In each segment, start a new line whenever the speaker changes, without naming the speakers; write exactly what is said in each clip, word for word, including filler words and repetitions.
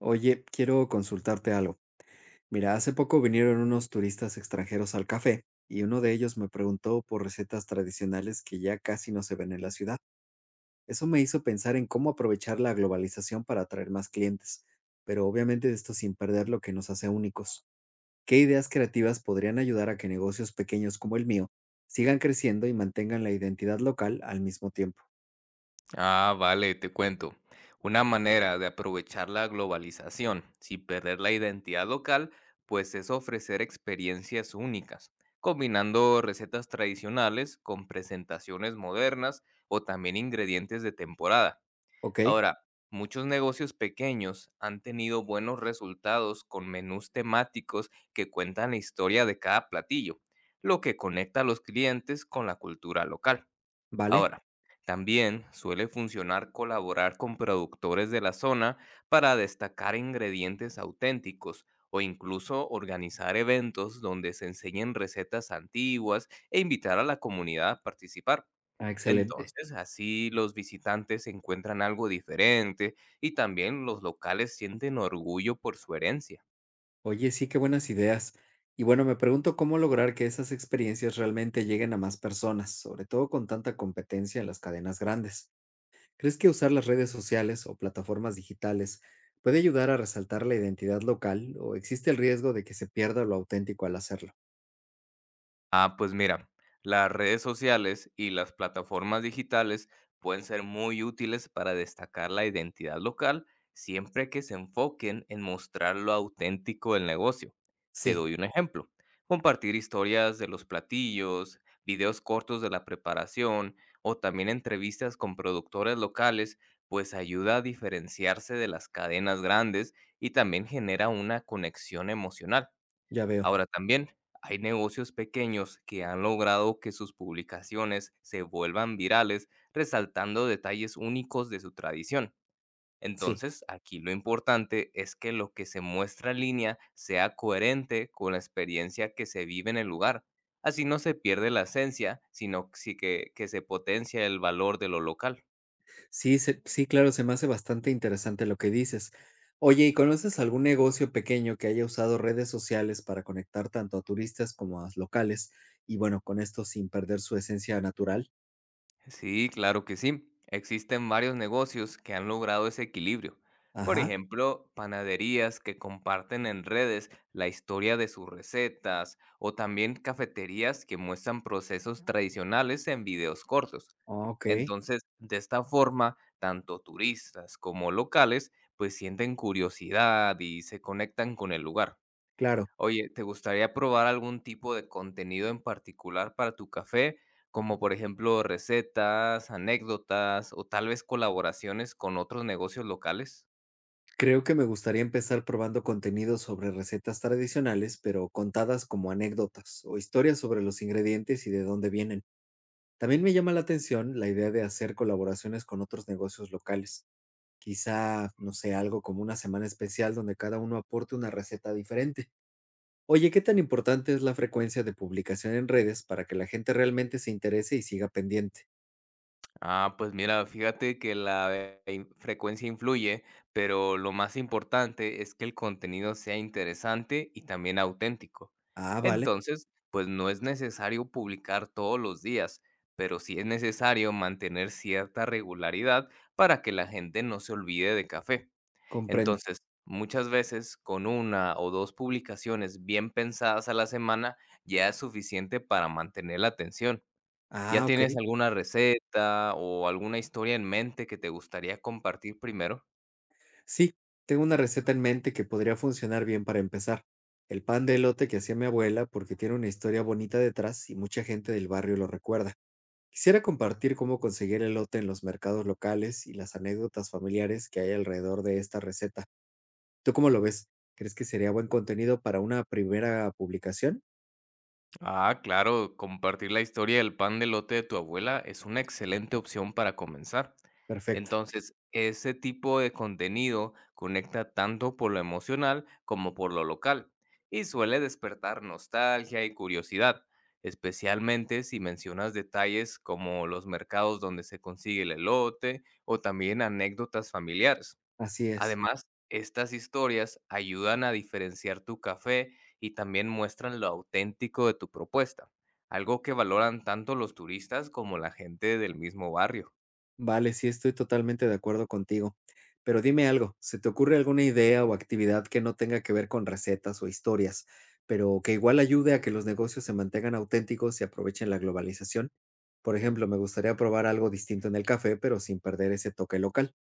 Oye, quiero consultarte algo. Mira, hace poco vinieron unos turistas extranjeros al café y uno de ellos me preguntó por recetas tradicionales que ya casi no se ven en la ciudad. Eso me hizo pensar en cómo aprovechar la globalización para atraer más clientes, pero obviamente esto sin perder lo que nos hace únicos. ¿Qué ideas creativas podrían ayudar a que negocios pequeños como el mío sigan creciendo y mantengan la identidad local al mismo tiempo?
Ah, vale, te cuento. Una manera de aprovechar la globalización sin perder la identidad local, pues es ofrecer experiencias únicas, combinando recetas tradicionales con presentaciones modernas o también ingredientes de temporada.
¿Ok?
Ahora, muchos negocios pequeños han tenido buenos resultados con menús temáticos que cuentan la historia de cada platillo, lo que conecta a los clientes con la cultura local.
¿Vale?
Ahora, también suele funcionar colaborar con productores de la zona para destacar ingredientes auténticos o incluso organizar eventos donde se enseñen recetas antiguas e invitar a la comunidad a participar.
Ah, excelente.
Entonces, así los visitantes encuentran algo diferente y también los locales sienten orgullo por su herencia.
Oye, sí, qué buenas ideas. Y bueno, me pregunto cómo lograr que esas experiencias realmente lleguen a más personas, sobre todo con tanta competencia en las cadenas grandes. ¿Crees que usar las redes sociales o plataformas digitales puede ayudar a resaltar la identidad local o existe el riesgo de que se pierda lo auténtico al hacerlo?
Ah, pues mira, las redes sociales y las plataformas digitales pueden ser muy útiles para destacar la identidad local siempre que se enfoquen en mostrar lo auténtico del negocio. Te
Sí,
doy un ejemplo. Compartir historias de los platillos, videos cortos de la preparación o también entrevistas con productores locales, pues ayuda a diferenciarse de las cadenas grandes y también genera una conexión emocional.
ya veo.
Ahora también hay negocios pequeños que han logrado que sus publicaciones se vuelvan virales, resaltando detalles únicos de su tradición.
Sí.
Entonces, aquí lo importante es que lo que se muestra en línea sea coherente con la experiencia que se vive en el lugar. Así no se pierde la esencia, sino que, sí que que se potencia el valor de lo local.
Sí, se sí, claro, se me hace bastante interesante lo que dices. Oye, ¿y conoces algún negocio pequeño que haya usado redes sociales para conectar tanto a turistas como a locales? Y bueno, con esto sin perder su esencia natural.
Sí, claro que sí. Existen varios negocios que han logrado ese equilibrio. Por
Ajá,
ejemplo, panaderías que comparten en redes la historia de sus recetas o también cafeterías que muestran procesos tradicionales en videos cortos.
ah, ok,
Entonces, de esta forma, tanto turistas como locales pues sienten curiosidad y se conectan con el lugar.
claro.
Oye, ¿te gustaría probar algún tipo de contenido en particular para tu café? Como por ejemplo recetas, anécdotas o tal vez colaboraciones con otros negocios locales.
Creo que me gustaría empezar probando contenido sobre recetas tradicionales, pero contadas como anécdotas o historias sobre los ingredientes y de dónde vienen. También me llama la atención la idea de hacer colaboraciones con otros negocios locales. Quizá, no sé, algo como una semana especial donde cada uno aporte una receta diferente. Oye, ¿qué tan importante es la frecuencia de publicación en redes para que la gente realmente se interese y siga pendiente?
Ah, pues mira, fíjate que la eh, in- frecuencia influye, pero lo más importante es que el contenido sea interesante y también auténtico.
Ah, vale,
Entonces, pues no es necesario publicar todos los días, pero sí es necesario mantener cierta regularidad para que la gente no se olvide de café.
comprendo.
Entonces, muchas veces con una o dos publicaciones bien pensadas a la semana ya es suficiente para mantener la atención. ¿Ya
Ah, ok.
tienes alguna receta o alguna historia en mente que te gustaría compartir primero?
Sí, tengo una receta en mente que podría funcionar bien para empezar. El pan de elote que hacía mi abuela porque tiene una historia bonita detrás y mucha gente del barrio lo recuerda. Quisiera compartir cómo conseguir elote en los mercados locales y las anécdotas familiares que hay alrededor de esta receta. ¿Tú cómo lo ves? ¿Crees que sería buen contenido para una primera publicación?
Ah, claro, compartir la historia del pan de lote de tu abuela es una excelente opción para comenzar.
Perfecto,
Entonces, ese tipo de contenido conecta tanto por lo emocional como por lo local y suele despertar nostalgia y curiosidad, especialmente si mencionas detalles como los mercados donde se consigue el elote o también anécdotas familiares.
así es.
Además, estas historias ayudan a diferenciar tu café y también muestran lo auténtico de tu propuesta, algo que valoran tanto los turistas como la gente del mismo barrio.
Vale, sí, estoy totalmente de acuerdo contigo. Pero dime algo, ¿se te ocurre alguna idea o actividad que no tenga que ver con recetas o historias, pero que igual ayude a que los negocios se mantengan auténticos y aprovechen la globalización? Por ejemplo, me gustaría probar algo distinto en el café, pero sin perder ese toque local.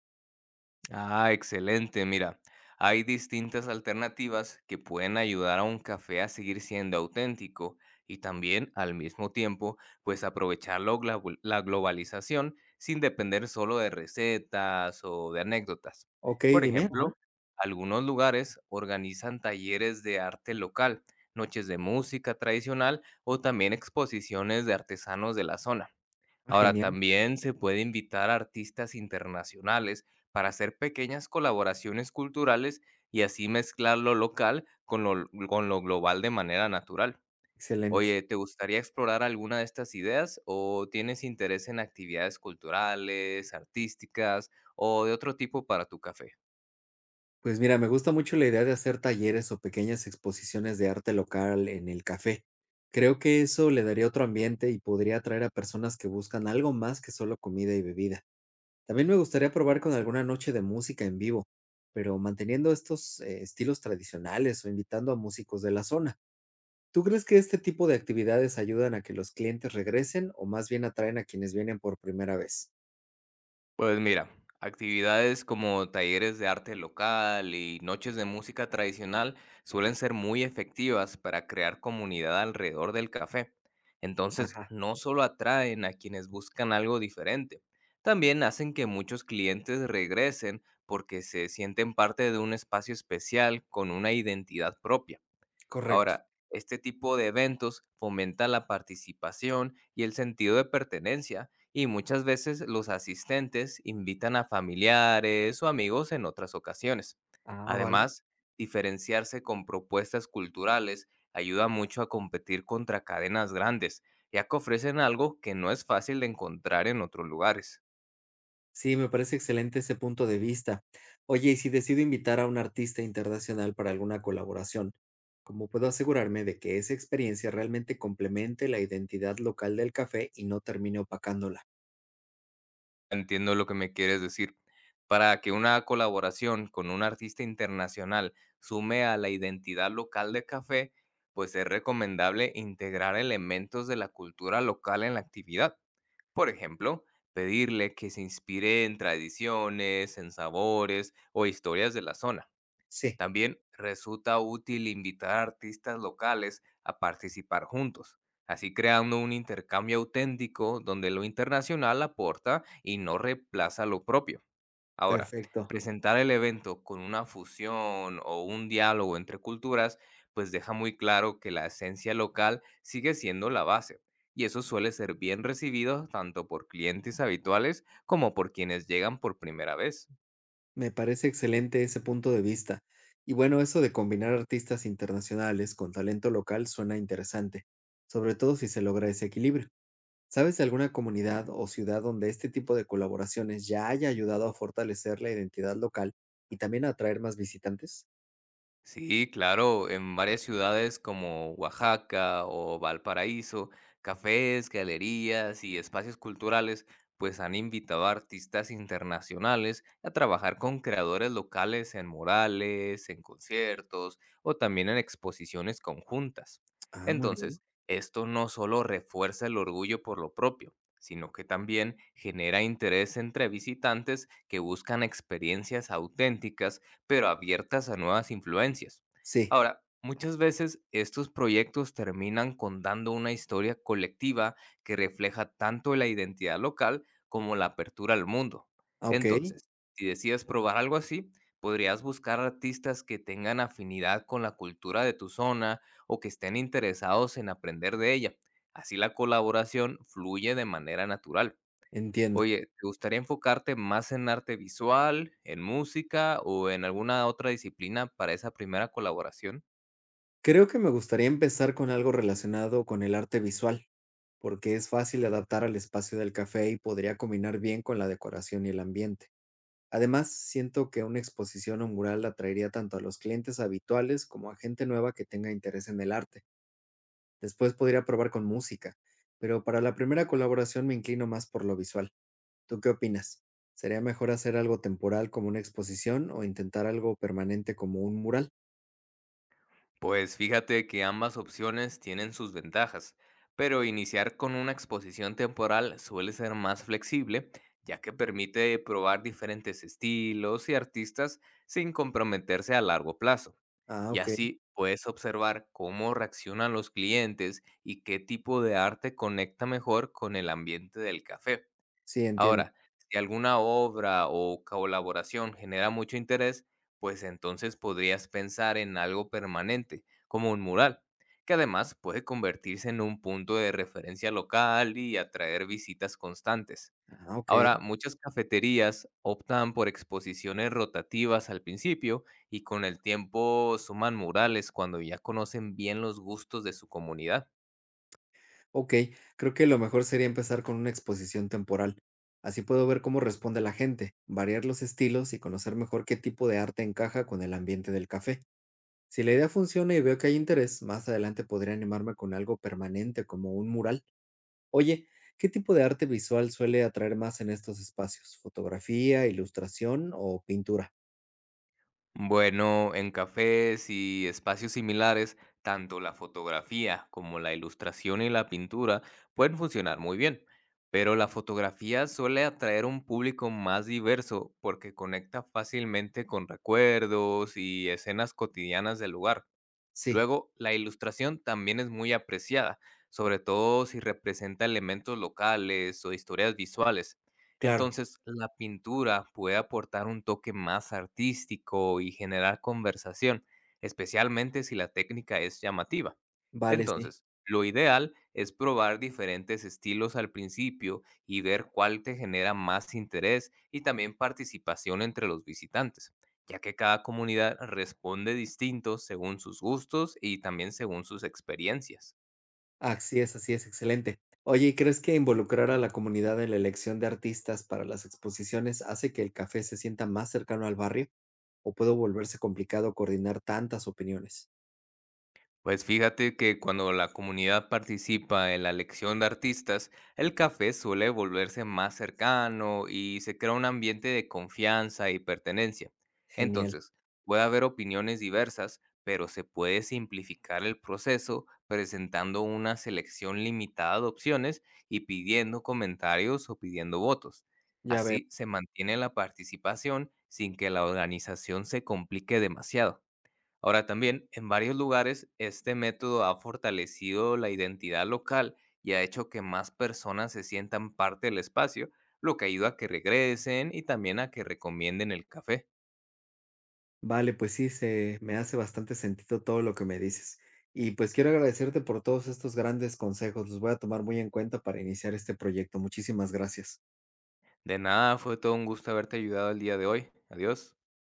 Ah, excelente. Mira, hay distintas alternativas que pueden ayudar a un café a seguir siendo auténtico y también al mismo tiempo, pues aprovechar lo global- la globalización sin depender solo de recetas o de anécdotas.
Ok,
Por
dime. Ajá.
ejemplo, algunos lugares organizan talleres de arte local, noches de música tradicional o también exposiciones de artesanos de la zona.
Ah,
Ahora,
genial,
también se puede invitar a artistas internacionales para hacer pequeñas colaboraciones culturales y así mezclar lo local con lo, con lo global de manera natural. Oye,
excelente.
¿te gustaría explorar alguna de estas ideas o tienes interés en actividades culturales, artísticas o de otro tipo para tu café?
Pues mira, me gusta mucho la idea de hacer talleres o pequeñas exposiciones de arte local en el café. Creo que eso le daría otro ambiente y podría atraer a personas que buscan algo más que solo comida y bebida. También me gustaría probar con alguna noche de música en vivo, pero manteniendo estos eh, estilos tradicionales o invitando a músicos de la zona. ¿Tú crees que este tipo de actividades ayudan a que los clientes regresen o más bien atraen a quienes vienen por primera vez?
Pues mira, actividades como talleres de arte local y noches de música tradicional suelen ser muy efectivas para crear comunidad alrededor del café. Entonces,
Ajá,
no solo atraen a quienes buscan algo diferente, también hacen que muchos clientes regresen porque se sienten parte de un espacio especial con una identidad propia.
correcto.
Ahora, este tipo de eventos fomenta la participación y el sentido de pertenencia y muchas veces los asistentes invitan a familiares o amigos en otras ocasiones.
Ah, vale.
Además, diferenciarse con propuestas culturales ayuda mucho a competir contra cadenas grandes, ya que ofrecen algo que no es fácil de encontrar en otros lugares.
Sí, me parece excelente ese punto de vista. Oye, y si decido invitar a un artista internacional para alguna colaboración, ¿cómo puedo asegurarme de que esa experiencia realmente complemente la identidad local del café y no termine opacándola?
Entiendo lo que me quieres decir. Para que una colaboración con un artista internacional sume a la identidad local de café, pues es recomendable integrar elementos de la cultura local en la actividad. Por ejemplo, pedirle que se inspire en tradiciones, en sabores o historias de la zona.
Sí,
También resulta útil invitar a artistas locales a participar juntos, así creando un intercambio auténtico donde lo internacional aporta y no reemplaza lo propio. Ahora,
perfecto.
presentar el evento con una fusión o un diálogo entre culturas, pues deja muy claro que la esencia local sigue siendo la base, y eso suele ser bien recibido tanto por clientes habituales como por quienes llegan por primera vez.
Me parece excelente ese punto de vista. Y bueno, eso de combinar artistas internacionales con talento local suena interesante, sobre todo si se logra ese equilibrio. ¿Sabes de alguna comunidad o ciudad donde este tipo de colaboraciones ya haya ayudado a fortalecer la identidad local y también a atraer más visitantes?
Sí, claro, en varias ciudades como Oaxaca o Valparaíso, cafés, galerías y espacios culturales pues han invitado a artistas internacionales a trabajar con creadores locales en murales, en conciertos o también en exposiciones conjuntas.
Ah, muy bien.
Entonces, esto no solo refuerza el orgullo por lo propio, sino que también genera interés entre visitantes que buscan experiencias auténticas pero abiertas a nuevas influencias.
Sí,
Ahora, muchas veces estos proyectos terminan contando una historia colectiva que refleja tanto la identidad local como la apertura al mundo.
ah, ok,
Entonces, si decides probar algo así, podrías buscar artistas que tengan afinidad con la cultura de tu zona o que estén interesados en aprender de ella. Así la colaboración fluye de manera natural.
entiendo.
Oye, ¿te gustaría enfocarte más en arte visual, en música o en alguna otra disciplina para esa primera colaboración?
Creo que me gustaría empezar con algo relacionado con el arte visual, porque es fácil adaptar al espacio del café y podría combinar bien con la decoración y el ambiente. Además, siento que una exposición o mural atraería tanto a los clientes habituales como a gente nueva que tenga interés en el arte. Después podría probar con música, pero para la primera colaboración me inclino más por lo visual. ¿Tú qué opinas? ¿Sería mejor hacer algo temporal como una exposición o intentar algo permanente como un mural?
Pues fíjate que ambas opciones tienen sus ventajas, pero iniciar con una exposición temporal suele ser más flexible, ya que permite probar diferentes estilos y artistas sin comprometerse a largo plazo.
Ah,
Y
ok,
así puedes observar cómo reaccionan los clientes y qué tipo de arte conecta mejor con el ambiente del café.
sí, entiendo.
Ahora, si alguna obra o colaboración genera mucho interés, pues entonces podrías pensar en algo permanente, como un mural, que además puede convertirse en un punto de referencia local y atraer visitas constantes.
Ah, ok,
Ahora, muchas cafeterías optan por exposiciones rotativas al principio y con el tiempo suman murales cuando ya conocen bien los gustos de su comunidad.
ok. Creo que lo mejor sería empezar con una exposición temporal. Así puedo ver cómo responde la gente, variar los estilos y conocer mejor qué tipo de arte encaja con el ambiente del café. Si la idea funciona y veo que hay interés, más adelante podría animarme con algo permanente como un mural. Oye, ¿qué tipo de arte visual suele atraer más en estos espacios? ¿Fotografía, ilustración o pintura?
Bueno, en cafés y espacios similares, tanto la fotografía como la ilustración y la pintura pueden funcionar muy bien, pero la fotografía suele atraer un público más diverso porque conecta fácilmente con recuerdos y escenas cotidianas del lugar.
Sí,
Luego, la ilustración también es muy apreciada, sobre todo si representa elementos locales o historias visuales.
claro,
Entonces, la pintura puede aportar un toque más artístico y generar conversación, especialmente si la técnica es llamativa.
vale, sí.
Entonces, lo ideal es probar diferentes estilos al principio y ver cuál te genera más interés y también participación entre los visitantes ya que cada comunidad responde distinto según sus gustos y también según sus experiencias.
Así es, así es, excelente. Oye, ¿y crees que involucrar a la comunidad en la elección de artistas para las exposiciones hace que el café se sienta más cercano al barrio? ¿O puede volverse complicado coordinar tantas opiniones?
Pues fíjate que cuando la comunidad participa en la elección de artistas, el café suele volverse más cercano y se crea un ambiente de confianza y pertenencia.
Genial,
Entonces, puede haber opiniones diversas, pero se puede simplificar el proceso presentando una selección limitada de opciones y pidiendo comentarios o pidiendo votos.
ya veo.
Así se mantiene la participación sin que la organización se complique demasiado. Ahora también, en varios lugares, este método ha fortalecido la identidad local y ha hecho que más personas se sientan parte del espacio, lo que ayuda a que regresen y también a que recomienden el café.
Vale, pues sí, se me hace bastante sentido todo lo que me dices. Y pues quiero agradecerte por todos estos grandes consejos. Los voy a tomar muy en cuenta para iniciar este proyecto. Muchísimas gracias.
De nada, fue todo un gusto haberte ayudado el día de hoy. Adiós.